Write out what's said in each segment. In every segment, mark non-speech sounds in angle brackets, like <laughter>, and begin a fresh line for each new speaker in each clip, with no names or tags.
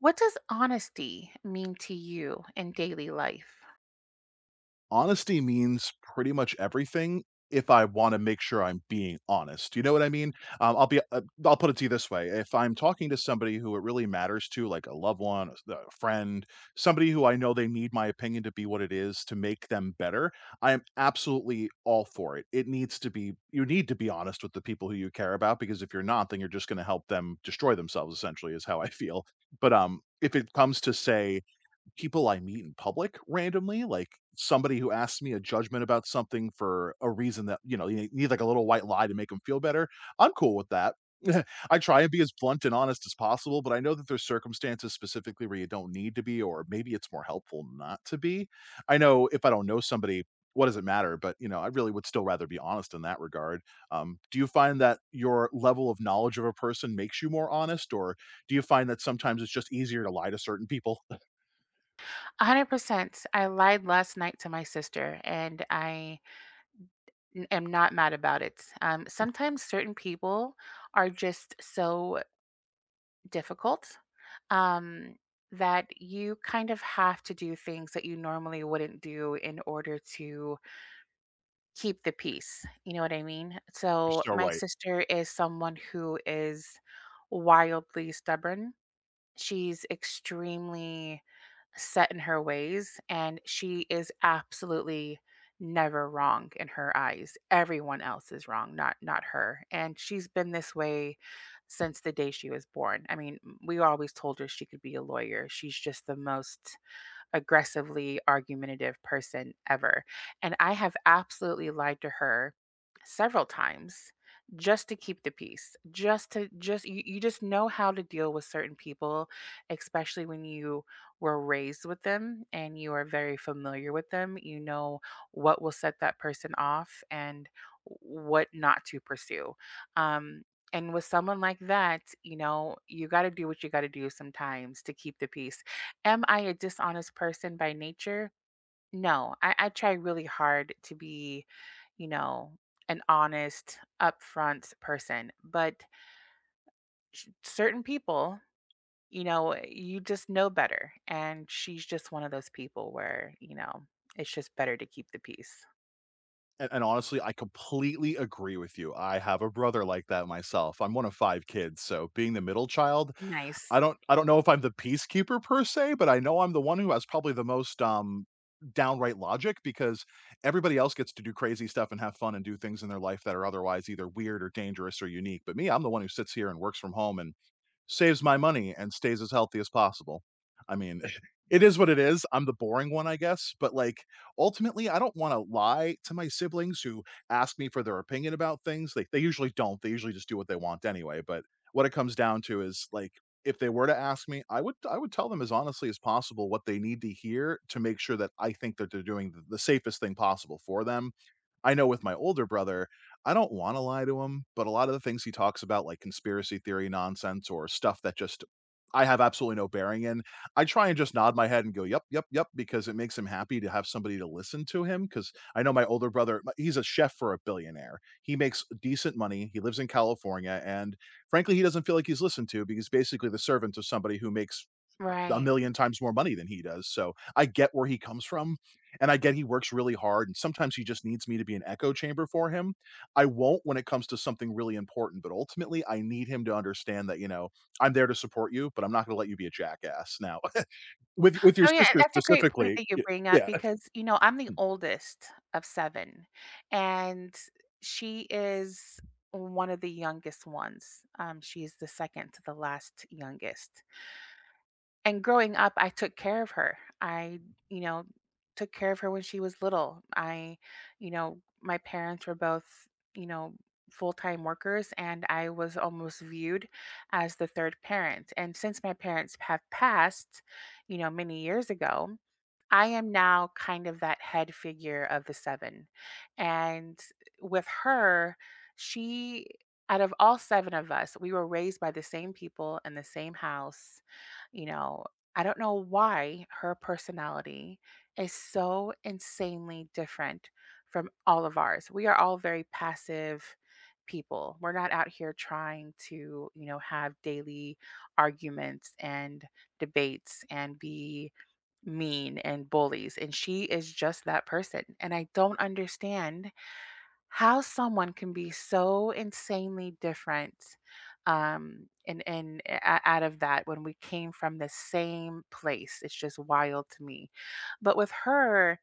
What does honesty mean to you in daily life?
Honesty means pretty much everything if I wanna make sure I'm being honest, you know what I mean? I'll put it to you this way. If I'm talking to somebody who it really matters to, like a loved one, a friend, somebody who I know they need my opinion to be what it is to make them better, I am absolutely all for it. It needs to be You need to be honest with the people who you care about, because if you're not, then you're just gonna help them destroy themselves, essentially, is how I feel. But if it comes to, say, people I meet in public randomly, like somebody who asks me a judgment about something for a reason that, you know, you need like a little white lie to make them feel better. I'm cool with that. <laughs> I try and be as blunt and honest as possible, but I know that there's circumstances specifically where you don't need to be, or maybe it's more helpful not to be. I know if I don't know somebody, what does it matter? But you know, I really would still rather be honest in that regard. Do you find that your level of knowledge of a person makes you more honest, or do you find that sometimes it's just easier to lie to certain people? <laughs>
100%. I lied last night to my sister and I am not mad about it. Sometimes certain people are just so difficult um, that you kind of have to do things that you normally wouldn't do in order to keep the peace. You know what I mean?
You're
So,
so
my
right,
sister is someone who is wildly stubborn. She's extremely set in her ways, and she is absolutely never wrong in her eyes. Everyone else is wrong, not her. And she's been this way since the day she was born. I mean, we always told her she could be a lawyer. She's just the most aggressively argumentative person ever. And I have absolutely lied to her several times just to keep the peace. Just to just you, you just know how to deal with certain people, especially when you were raised with them and you are very familiar with them. You know what will set that person off and what not to pursue. Um and with someone like that, you know, you got to do what you got to do sometimes to keep the peace. Am I a dishonest person by nature? No, I try really hard to be, you know, an honest, upfront person. But certain people, you know, you just know better. And she's just one of those people where, you know, it's just better to keep the peace.
and honestly, I completely agree with you. I have a brother like that myself. I'm one of 5 kids, so being the middle child,
Nice.
I don't know if I'm the peacekeeper per se, but I know I'm the one who has probably the most, downright logic, because everybody else gets to do crazy stuff and have fun and do things in their life that are otherwise either weird or dangerous or unique, but me, I'm the one who sits here and works from home and saves my money and stays as healthy as possible. I mean, <laughs> it is what it is. I'm the boring one, I guess, but, like, ultimately, I don't wanna lie to my siblings who ask me for their opinion about things. Like, they usually don't, they usually just do what they want anyway, but what it comes down to is, like, if they were to ask me, I would tell them as honestly as possible what they need to hear to make sure that I think that they're doing the safest thing possible for them. I know with my older brother, I don't wanna lie to him, but a lot of the things he talks about, like conspiracy theory nonsense or stuff that just I have absolutely no bearing in, I try and just nod my head and go, "Yep, yep, yep," because it makes him happy to have somebody to listen to him. Because I know my older brother m he's a chef for a billionaire. He makes decent money, he lives in California, and frankly, he doesn't feel like he's listened to because basically the servant of somebody who makes a
Right.
million times more money than he does, so I get where he comes from, and I get he works really hard, and sometimes he just needs me to be an echo chamber for him. I won't when it comes to something really important, but ultimately, I need him to understand that, you know, I'm there to support you, but I'm not gonna let you be a jackass now. <laughs> With your
Oh, yeah, and
sister
that's a great point
specifically,
that you
y
bring up
yeah.
because, you know, I'm the oldest of 7, and she is one of the youngest ones. She is the second to the last youngest, and growing up, I took care of her. I, you know, took care of her when she was little. I you know, my parents were both, you know, full-time workers, and I was almost viewed as the 3rd parent, and since my parents have passed, you know, many years ago, I am now kind of that head figure of the 7, and with her, she out of all 7 of us, we were raised by the same people in the same house. You know, I don't know why her personality is so insanely different from all of ours. We are all very passive people. We're not out here trying to, you know, have daily arguments and debates and be mean and bullies, and she is just that person, and I don't understand how someone can be so insanely different. And out of that, when we came from the same place, it's just wild to me. But with her,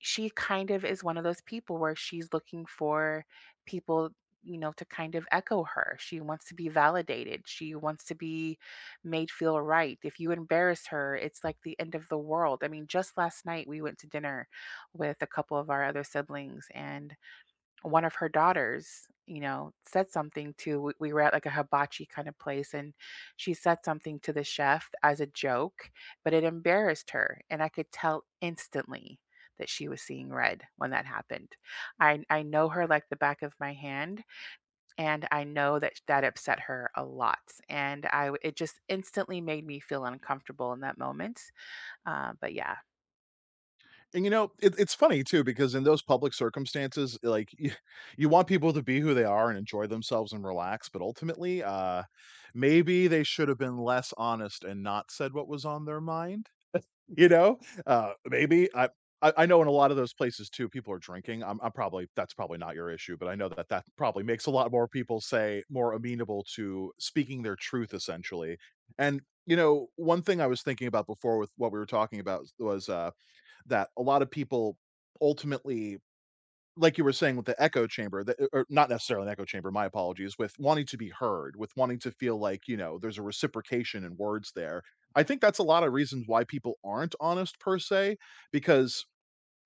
she kind of is one of those people where she's looking for people, you know, to kind of echo her. She wants to be validated, she wants to be made feel right. If you embarrass her, it's like the end of the world. I mean, just last night we went to dinner with a couple of our other siblings, and one of her daughters, you know, said something to we were at like a hibachi kind of place, and she said something to the chef as a joke, but it embarrassed her, and I could tell instantly that she was seeing red when that happened. I know her like the back of my hand, and I know that that upset her a lot, and it just instantly made me feel uncomfortable in that moment. But yeah.
And, you know, it's funny too because in those public circumstances, like, you want people to be who they are and enjoy themselves and relax, but ultimately, maybe they should have been less honest and not said what was on their mind. You know? Maybe I know in a lot of those places too, people are drinking. I'm probably that's probably not your issue, but I know that that probably makes a lot more people say more amenable to speaking their truth, essentially. And, you know, one thing I was thinking about before with what we were talking about was, that a lot of people ultimately, like you were saying, with the echo chamber, that or not necessarily an echo chamber, my apologies, with wanting to be heard, with wanting to feel like, you know, there's a reciprocation in words there. I think that's a lot of reasons why people aren't honest per se, because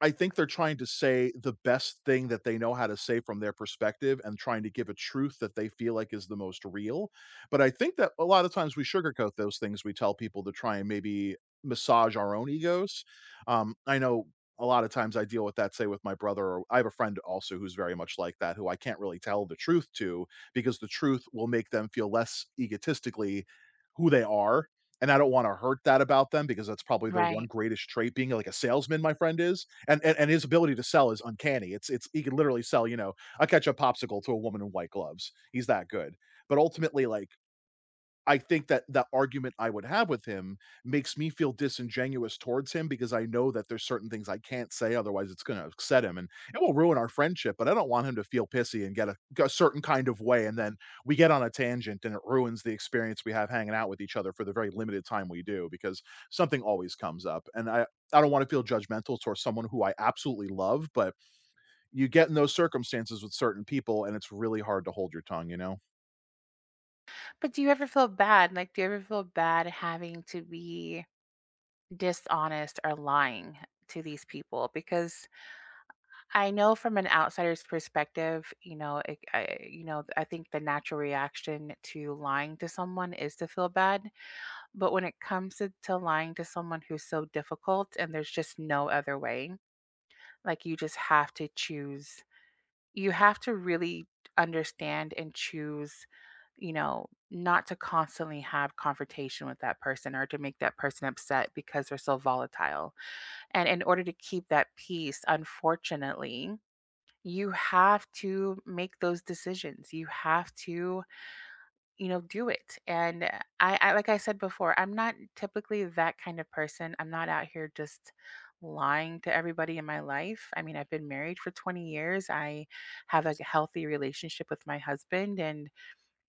I think they're trying to say the best thing that they know how to say from their perspective and trying to give a truth that they feel like is the most real. But I think that a lot of times we sugarcoat those things we tell people to try and maybe massage our own egos. I know a lot of times I deal with that, say, with my brother, or I have a friend also who's very much like that, who I can't really tell the truth to because the truth will make them feel less egotistically who they are. And I don't want to hurt that about them because that's probably their one
Right.
greatest trait, being like a salesman. My friend is and his ability to sell is uncanny. It's he can literally sell, you know, a ketchup popsicle to a woman in white gloves. He's that good. But ultimately, like, I think that the argument I would have with him makes me feel disingenuous towards him because I know that there's certain things I can't say, otherwise it's gonna upset him, and it will ruin our friendship, but I don't want him to feel pissy and get a certain kind of way, and then we get on a tangent, and it ruins the experience we have hanging out with each other for the very limited time we do because something always comes up, and I don't wanna feel judgmental towards someone who I absolutely love, but you get in those circumstances with certain people, and it's really hard to hold your tongue, you know?
But do you ever feel bad? Like, do you ever feel bad having to be dishonest or lying to these people? Because I know from an outsider's perspective, you know, I think the natural reaction to lying to someone is to feel bad, but when it comes to lying to someone who's so difficult and there's just no other way, like you just have to choose. You have to really understand and choose, you know, not to constantly have confrontation with that person or to make that person upset because they're so volatile, and in order to keep that peace, unfortunately, you have to make those decisions. You have to, you know, do it. And I like I said before, I'm not typically that kind of person. I'm not out here just lying to everybody in my life. I mean, I've been married for 20 years. I have a healthy relationship with my husband, and,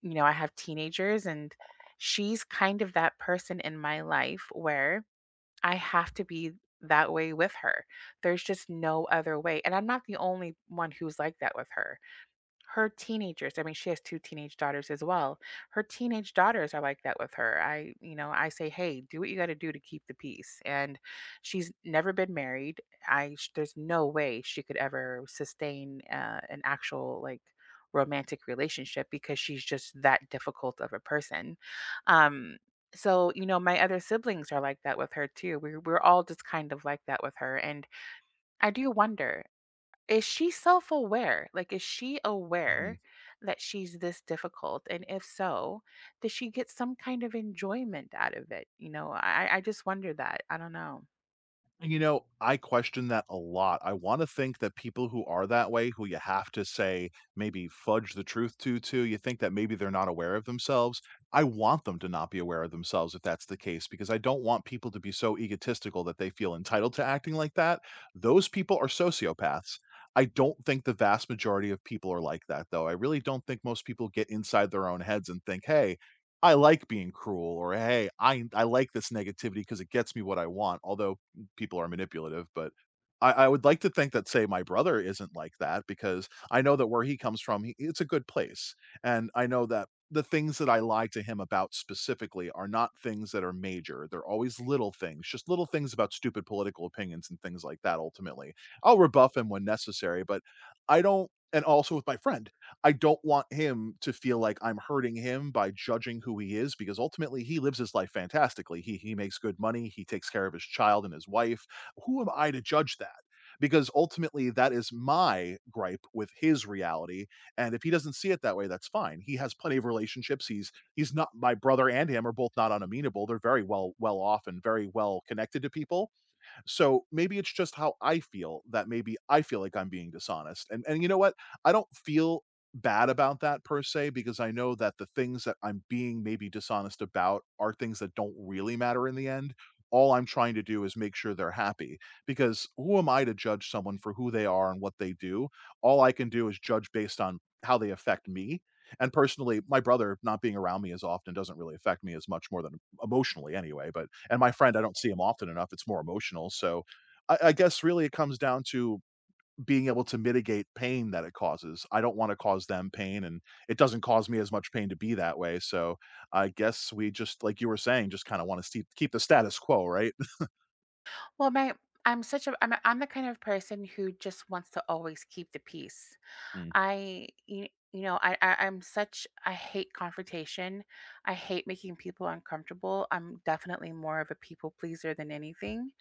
you know, I have teenagers, and she's kind of that person in my life where I have to be that way with her. There's just no other way. And I'm not the only one who's like that with her. Her teenagers, I mean, she has 2 teenage daughters as well. Her teenage daughters are like that with her. I, you know, I say, "Hey, do what you gotta do to keep the peace." And she's never been married. I sh There's no way she could ever sustain, an actual, like, romantic relationship because she's just that difficult of a person. Um, so, you know, my other siblings are like that with her too. We're all just kind of like that with her, and I do wonder, is she self-aware? Like, is she
Mhm.
aware that she's this difficult? And if so, does she get some kind of enjoyment out of it? You know, I just wonder that. I don't know.
You know, I question that a lot. I wanna think that people who are that way, who you have to say, maybe fudge the truth to, you think that maybe they're not aware of themselves. I want them to not be aware of themselves if that's the case, because I don't want people to be so egotistical that they feel entitled to acting like that. Those people are sociopaths. I don't think the vast majority of people are like that, though. I really don't think most people get inside their own heads and think, "Hey, I like being cruel," or "Hey, I like this negativity because it gets me what I want," although and people are manipulative, but I would like to think that, say, my brother isn't like that because I know that where he comes from, he it's a good place, and I know that the things that I lie to him about specifically are not things that are major. They're always little things, just little things about stupid political opinions and things like that ultimately. I'll rebuff him when necessary, but I don't and also with my friend. I don't want him to feel like I'm hurting him by judging who he is because ultimately he lives his life fantastically. He makes good money, he takes care of his child and his wife. Who am I to judge that? Because ultimately that is my gripe with his reality. And if he doesn't see it that way, that's fine. He has plenty of relationships. He's not my brother, and him are both not unamenable. They're very well off and very well connected to people, so maybe it's just how I feel that maybe I feel like I'm being dishonest. And you know what? I don't feel bad about that per se because I know that the things that I'm being maybe dishonest about are things that don't really matter in the end. All I'm trying to do is make sure they're happy, because who am I to judge someone for who they are and what they do? All I can do is judge based on how they affect me. And personally, my brother not being around me as often doesn't really affect me as much more than emotionally anyway, but and my friend, I don't see him often enough, it's more emotional, so I guess really it comes down to being able to mitigate pain that it causes. I don't wanna cause them pain, and it doesn't cause me as much pain to be that way, so I guess we just like you were saying, just kinda wanna keep the status quo, right?
Well, my I'm such a, I'm the kind of person who just wants to always keep the peace.
<laughs>
I you, you know, I I'm such I hate confrontation. I hate making people uncomfortable. I'm definitely more of a people pleaser than anything.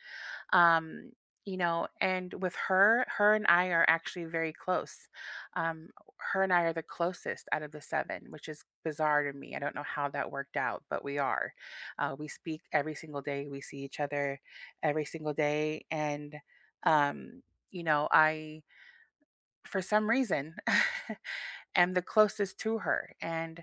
um you know, and with her, her and I are actually very close. um her and I are the closest out of the seven, which is bizarre to me. I don't know how that worked out, but we are, we speak every single day, we see each other every single day, and um you know, I, for some reason, <laughs> am the closest to her, and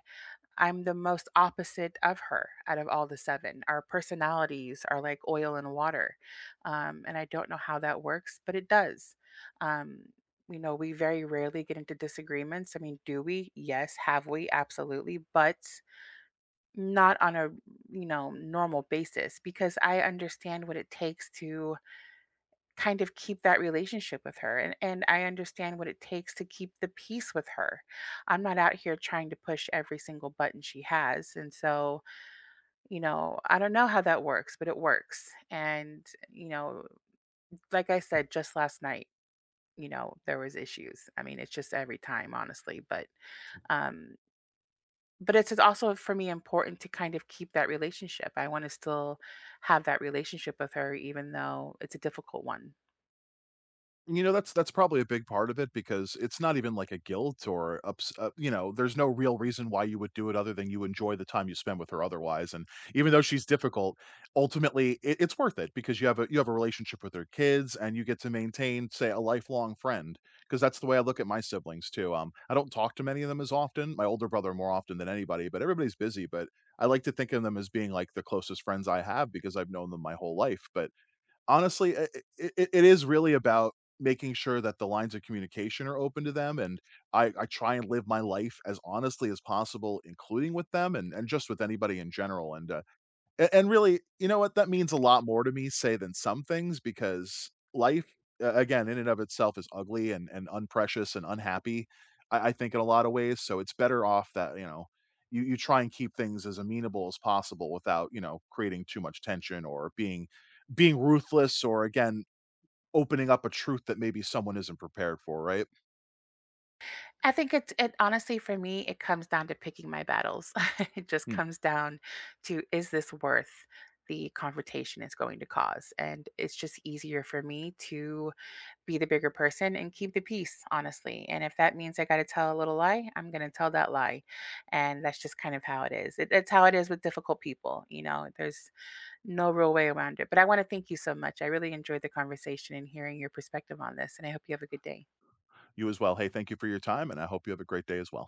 I'm the most opposite of her out of all the 7. Our personalities are like oil and water, and I don't know how that works, but it does. Um, you know, we very rarely get into disagreements. I mean, do we? Yes. Have we? Absolutely. But not on a, you know, normal basis, because I understand what it takes to kind of keep that relationship with her, and I understand what it takes to keep the peace with her. I'm not out here trying to push every single button she has. And so, you know, I don't know how that works, but it works. And, you know, like I said, just last night, you know, there was issues. I mean, it's just every time, honestly, um but it's just also for me important to kind of keep that relationship. I want to still have that relationship with her even though it's a difficult one.
You know, that's probably a big part of it because it's not even like a guilt or ups you know, there's no real reason why you would do it other than you enjoy the time you spend with her otherwise, and even though she's difficult, ultimately it's worth it because you have a relationship with her kids and you get to maintain, say, a lifelong friend. Because that's the way I look at my siblings too. I don't talk to many of them as often, my older brother more often than anybody, but everybody's busy, but I like to think of them as being like the closest friends I have because I've known them my whole life, but honestly, i it is really about making sure that the lines of communication are open to them, and I try and live my life as honestly as possible, including with them and just with anybody in general, and, a and really, you know what? That means a lot more to me, say, than some things because life, a again, in and of itself is ugly and unprecious and unhappy, I think in a lot of ways, so it's better off that, you know, you try and keep things as amenable as possible without, you know, creating too much tension or being ruthless or, again, opening up a truth that maybe someone isn't prepared for, right?
I think it's it Honestly, for me, it comes down to picking my battles. <laughs> It just
Hmm.
comes down to, is this worth the confrontation it's going to cause? And it's just easier for me to be the bigger person and keep the peace, honestly. And if that means I got to tell a little lie, I'm going to tell that lie. And that's just kind of how it is. It's how it is with difficult people. You know, there's no real way around it. But I want to thank you so much. I really enjoyed the conversation and hearing your perspective on this. And I hope you have a good day.
You as well. Hey, thank you for your time, and I hope you have a great day as well.